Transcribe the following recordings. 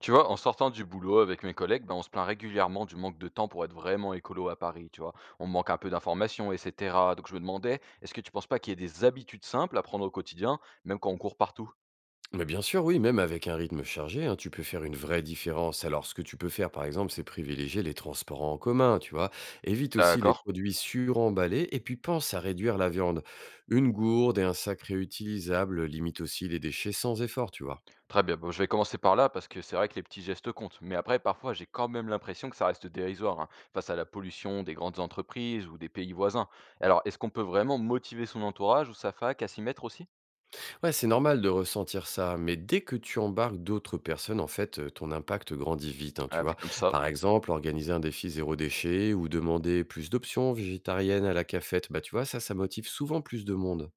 Tu vois, en sortant du boulot avec mes collègues, ben, on se plaint régulièrement du manque de temps pour être vraiment écolo à Paris, tu vois. On manque un peu d'informations, etc. Donc je me demandais, est-ce que tu penses pas qu'il y ait des habitudes simples à prendre au quotidien, même quand on court partout? Mais bien sûr, oui, même avec un rythme chargé, hein, tu peux faire une vraie différence. Alors, ce que tu peux faire, par exemple, c'est privilégier les transports en commun, tu vois. Évite aussi les D'accord. produits suremballés et puis pense à réduire la viande. Une gourde et un sac réutilisable limitent aussi les déchets sans effort, tu vois. Très bien. Bon, je vais commencer par là parce que c'est vrai que les petits gestes comptent. Mais après, parfois, j'ai quand même l'impression que ça reste dérisoire, hein, face à la pollution des grandes entreprises ou des pays voisins. Alors, est-ce qu'on peut vraiment motiver son entourage ou sa fac à s'y mettre aussi? Ouais, c'est normal de ressentir ça, mais dès que tu embarques d'autres personnes, en fait, ton impact grandit vite, hein, tu Ah, vu vois. comme ça. Par exemple, organiser un défi zéro déchet ou demander plus d'options végétariennes à la cafette, bah tu vois, ça motive souvent plus de monde.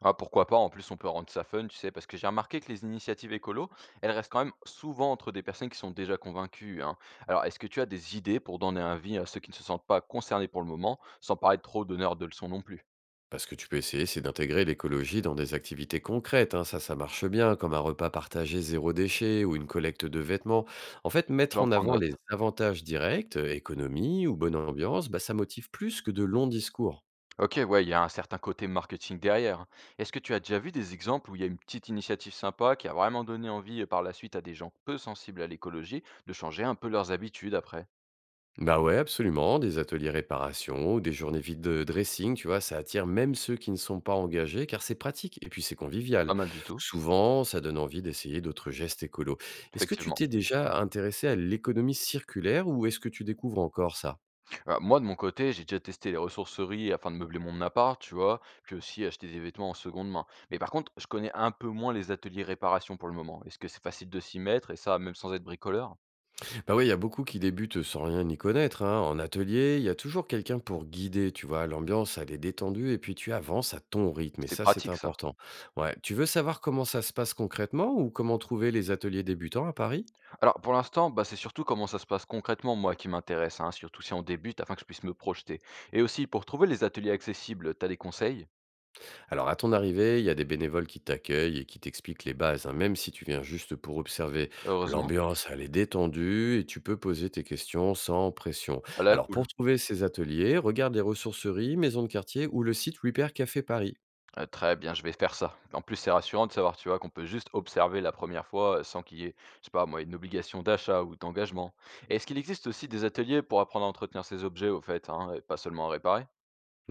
Ah, pourquoi pas? En plus, on peut rendre ça fun, tu sais, parce que j'ai remarqué que les initiatives écolo, elles restent quand même souvent entre des personnes qui sont déjà convaincues, hein. Alors, est-ce que tu as des idées pour donner un avis à ceux qui ne se sentent pas concernés pour le moment, sans paraître trop donneur de leçons non plus? Parce que tu peux essayer, c'est d'intégrer l'écologie dans des activités concrètes, hein. Ça marche bien, comme un repas partagé zéro déchet ou une collecte de vêtements. En fait, mettre J'en en prends avant note. les avantages directs, économie ou bonne ambiance, bah, ça motive plus que de longs discours. Ok, ouais, il y a un certain côté marketing derrière. Est-ce que tu as déjà vu des exemples où il y a une petite initiative sympa qui a vraiment donné envie par la suite à des gens peu sensibles à l'écologie de changer un peu leurs habitudes après? Bah ouais, absolument. Des ateliers réparation ou des journées vides de dressing, tu vois, ça attire même ceux qui ne sont pas engagés car c'est pratique et puis c'est Pas convivial. mal du tout, Souvent, ça donne envie d'essayer d'autres gestes écolos. Est-ce que tu effectivement. t'es déjà intéressé à l'économie circulaire ou est-ce que tu découvres encore ça? Bah, moi, de mon côté, j'ai déjà testé les ressourceries afin de meubler mon appart, tu vois, puis aussi acheter des vêtements en seconde main. Mais par contre, je connais un peu moins les ateliers réparation pour le moment. Est-ce que c'est facile de s'y mettre et ça, même sans être bricoleur? Bah oui, il y a beaucoup qui débutent sans rien y connaître, hein. En atelier, il y a toujours quelqu'un pour guider, tu vois. L'ambiance, elle est détendue et puis tu avances à ton rythme. Et C'est ça, c'est pratique ça. important. Ouais. Tu veux savoir comment ça se passe concrètement ou comment trouver les ateliers débutants à Paris? Alors pour l'instant, bah, c'est surtout comment ça se passe concrètement moi qui m'intéresse, hein, surtout si on débute afin que je puisse me projeter. Et aussi pour trouver les ateliers accessibles, t'as des conseils? Alors, à ton arrivée, il y a des bénévoles qui t'accueillent et qui t'expliquent les bases, hein, même si tu viens juste pour observer. Heureusement. L'ambiance, elle est détendue et tu peux poser tes questions sans pression. Ah là, Alors, cool. pour trouver ces ateliers, regarde les ressourceries, maisons de quartier ou le site Repair Café Paris. Très bien, je vais faire ça. En plus, c'est rassurant de savoir, tu vois, qu'on peut juste observer la première fois, sans qu'il y ait, je sais pas moi, une obligation d'achat ou d'engagement. Et est-ce qu'il existe aussi des ateliers pour apprendre à entretenir ces objets au fait, hein, et pas seulement à réparer?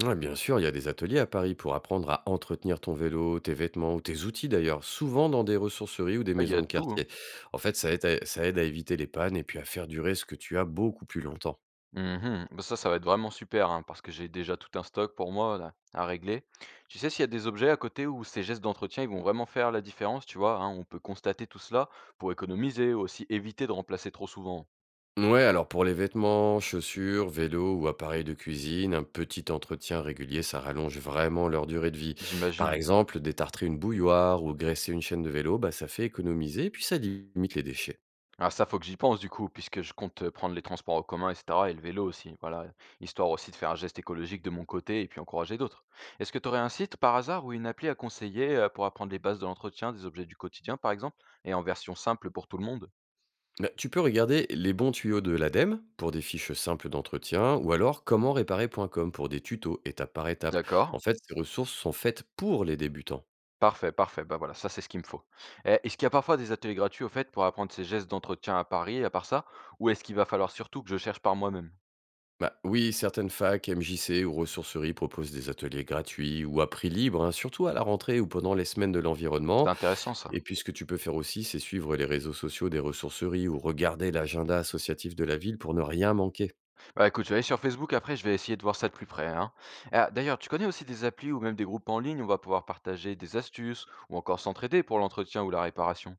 Ouais, bien sûr, il y a des ateliers à Paris pour apprendre à entretenir ton vélo, tes vêtements ou tes outils d'ailleurs, souvent dans des ressourceries ou des Ah, il y maisons a de de tout, hein. quartier. En fait, ça aide à éviter les pannes et puis à faire durer ce que tu as beaucoup plus longtemps. Mmh. Bah, ça va être vraiment super, hein, parce que j'ai déjà tout un stock pour moi là, à régler. Tu sais s'il y a des objets à côté où ces gestes d'entretien, ils vont vraiment faire la différence, tu vois, hein? On peut constater tout cela pour économiser, aussi éviter de remplacer trop souvent. Ouais, alors pour les vêtements, chaussures, vélos ou appareils de cuisine, un petit entretien régulier, ça rallonge vraiment leur durée de vie. Par J'imagine. exemple, détartrer une bouilloire ou graisser une chaîne de vélo, bah, ça fait économiser et puis ça limite les déchets. Ah ça, faut que j'y pense du coup, puisque je compte, prendre les transports en commun et cetera et le vélo aussi, voilà, histoire aussi de faire un geste écologique de mon côté et puis encourager d'autres. Est-ce que tu aurais un site par hasard ou une appli à conseiller, pour apprendre les bases de l'entretien des objets du quotidien par exemple et en version simple pour tout le monde? Bah, tu peux regarder les bons tuyaux de l'ADEME pour des fiches simples d'entretien ou alors comment réparer.com pour des tutos étape par étape. D'accord. En fait, ces ressources sont faites pour les débutants. Parfait, parfait, bah, voilà, ça c'est ce qu'il me faut. Et est-ce qu'il y a parfois des ateliers gratuits au fait pour apprendre ces gestes d'entretien à Paris à part ça? Ou est-ce qu'il va falloir surtout que je cherche par moi-même? Bah, oui, certaines facs, MJC ou ressourceries proposent des ateliers gratuits ou à prix libre, hein, surtout à la rentrée ou pendant les semaines de C'est l'environnement. intéressant ça. Et puis ce que tu peux faire aussi, c'est suivre les réseaux sociaux des ressourceries ou regarder l'agenda associatif de la ville pour ne rien manquer. Bah, écoute, je vais aller sur Facebook après, je vais essayer de voir ça de plus près, hein. Ah, d'ailleurs, tu connais aussi des applis ou même des groupes en ligne où on va pouvoir partager des astuces ou encore s'entraider pour l'entretien ou la réparation?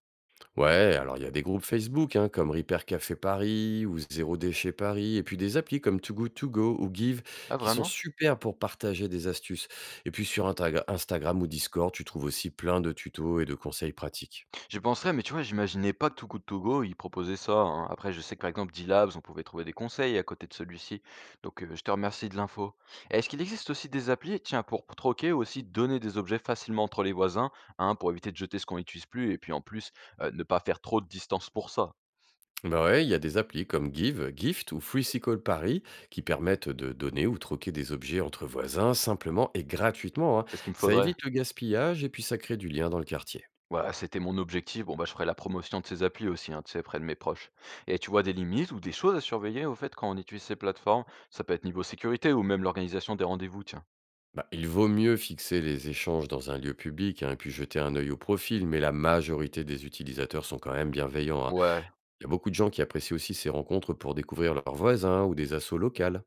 Ouais, alors il y a des groupes Facebook hein, comme Repair Café Paris ou Zéro Déchet Paris, et puis des applis comme Too Good To Go ou Give Ah, qui sont vraiment? super pour partager des astuces. Et puis sur Instagram ou Discord, tu trouves aussi plein de tutos et de conseils pratiques. J'y penserais, mais tu vois, j'imaginais pas que Too Good To Go, ils proposaient ça, hein. Après, je sais que par exemple, D-Labs, on pouvait trouver des conseils à côté de celui-ci. Donc, je te remercie de l'info. Et est-ce qu'il existe aussi des applis, tiens, pour troquer ou aussi donner des objets facilement entre les voisins, hein, pour éviter de jeter ce qu'on n'utilise plus et puis en plus, ne pas faire trop de distance pour ça? Bah ouais, il y a des applis comme Give, Gift ou FreeCycle Paris qui permettent de donner ou troquer des objets entre voisins simplement et gratuitement, hein. C'est ce qu'il me Ça faudrait. évite le gaspillage et puis ça crée du lien dans le quartier. Ouais, c'était mon objectif. Bon, bah, je ferai la promotion de ces applis aussi, hein, tu sais, près de mes proches. Et tu vois des limites ou des choses à surveiller, au fait, quand on utilise ces plateformes? Ça peut être niveau sécurité ou même l'organisation des rendez-vous, tiens. Bah, il vaut mieux fixer les échanges dans un lieu public hein, et puis jeter un œil au profil, mais la majorité des utilisateurs sont quand même bienveillants, hein. Ouais, Il y a beaucoup de gens qui apprécient aussi ces rencontres pour découvrir leurs voisins ou des assos locales.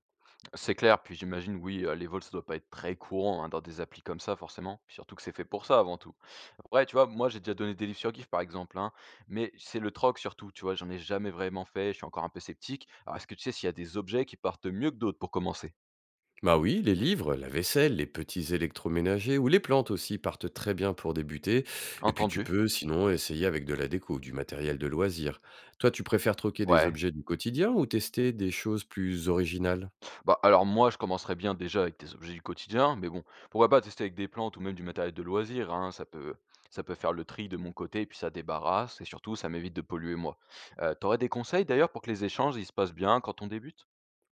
c'est clair. Puis j'imagine, oui, les vols, ça doit pas être très courant, hein, dans des applis comme ça, forcément. Puis surtout que c'est fait pour ça, avant tout. Après, tu vois, moi, j'ai déjà donné des livres sur GIF, par exemple, hein, mais c'est le troc, surtout, tu vois, j'en ai jamais vraiment fait, je suis encore un peu sceptique. Alors, est-ce que tu sais s'il y a des objets qui partent mieux que d'autres pour commencer? Bah oui, les livres, la vaisselle, les petits électroménagers ou les plantes aussi partent très bien pour débuter. Et puis tu Entendu. peux sinon essayer avec de la déco ou du matériel de loisir. Toi, tu préfères troquer des Ouais. objets du quotidien ou tester des choses plus originales? Bah, alors moi, je commencerais bien déjà avec des objets du quotidien, mais bon, pourquoi pas tester avec des plantes ou même du matériel de loisir, hein, ça peut faire le tri de mon côté, et puis ça débarrasse, et surtout, ça m'évite de polluer moi. T'aurais des conseils d'ailleurs pour que les échanges, ils se passent bien quand on débute?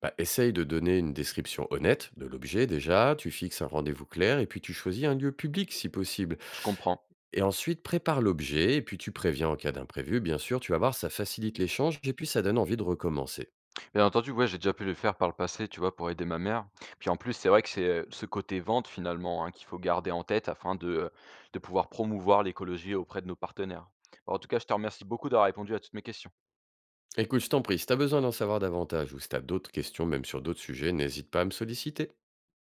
Bah, essaye de donner une description honnête de l'objet déjà, tu fixes un rendez-vous clair et puis tu choisis un lieu public si possible. Je comprends. Et ensuite, prépare l'objet et puis tu préviens en cas d'imprévu. Bien sûr, tu vas voir, ça facilite l'échange et puis ça donne envie de recommencer. Bien entendu, ouais, j'ai déjà pu le faire par le passé, tu vois, pour aider ma mère. Puis en plus, c'est vrai que c'est ce côté vente finalement, hein, qu'il faut garder en tête afin de pouvoir promouvoir l'écologie auprès de nos partenaires. Bon, en tout cas, je te remercie beaucoup d'avoir répondu à toutes mes questions. Écoute, je t'en prie, si t'as besoin d'en savoir davantage ou si t'as d'autres questions, même sur d'autres sujets, n'hésite pas à me solliciter.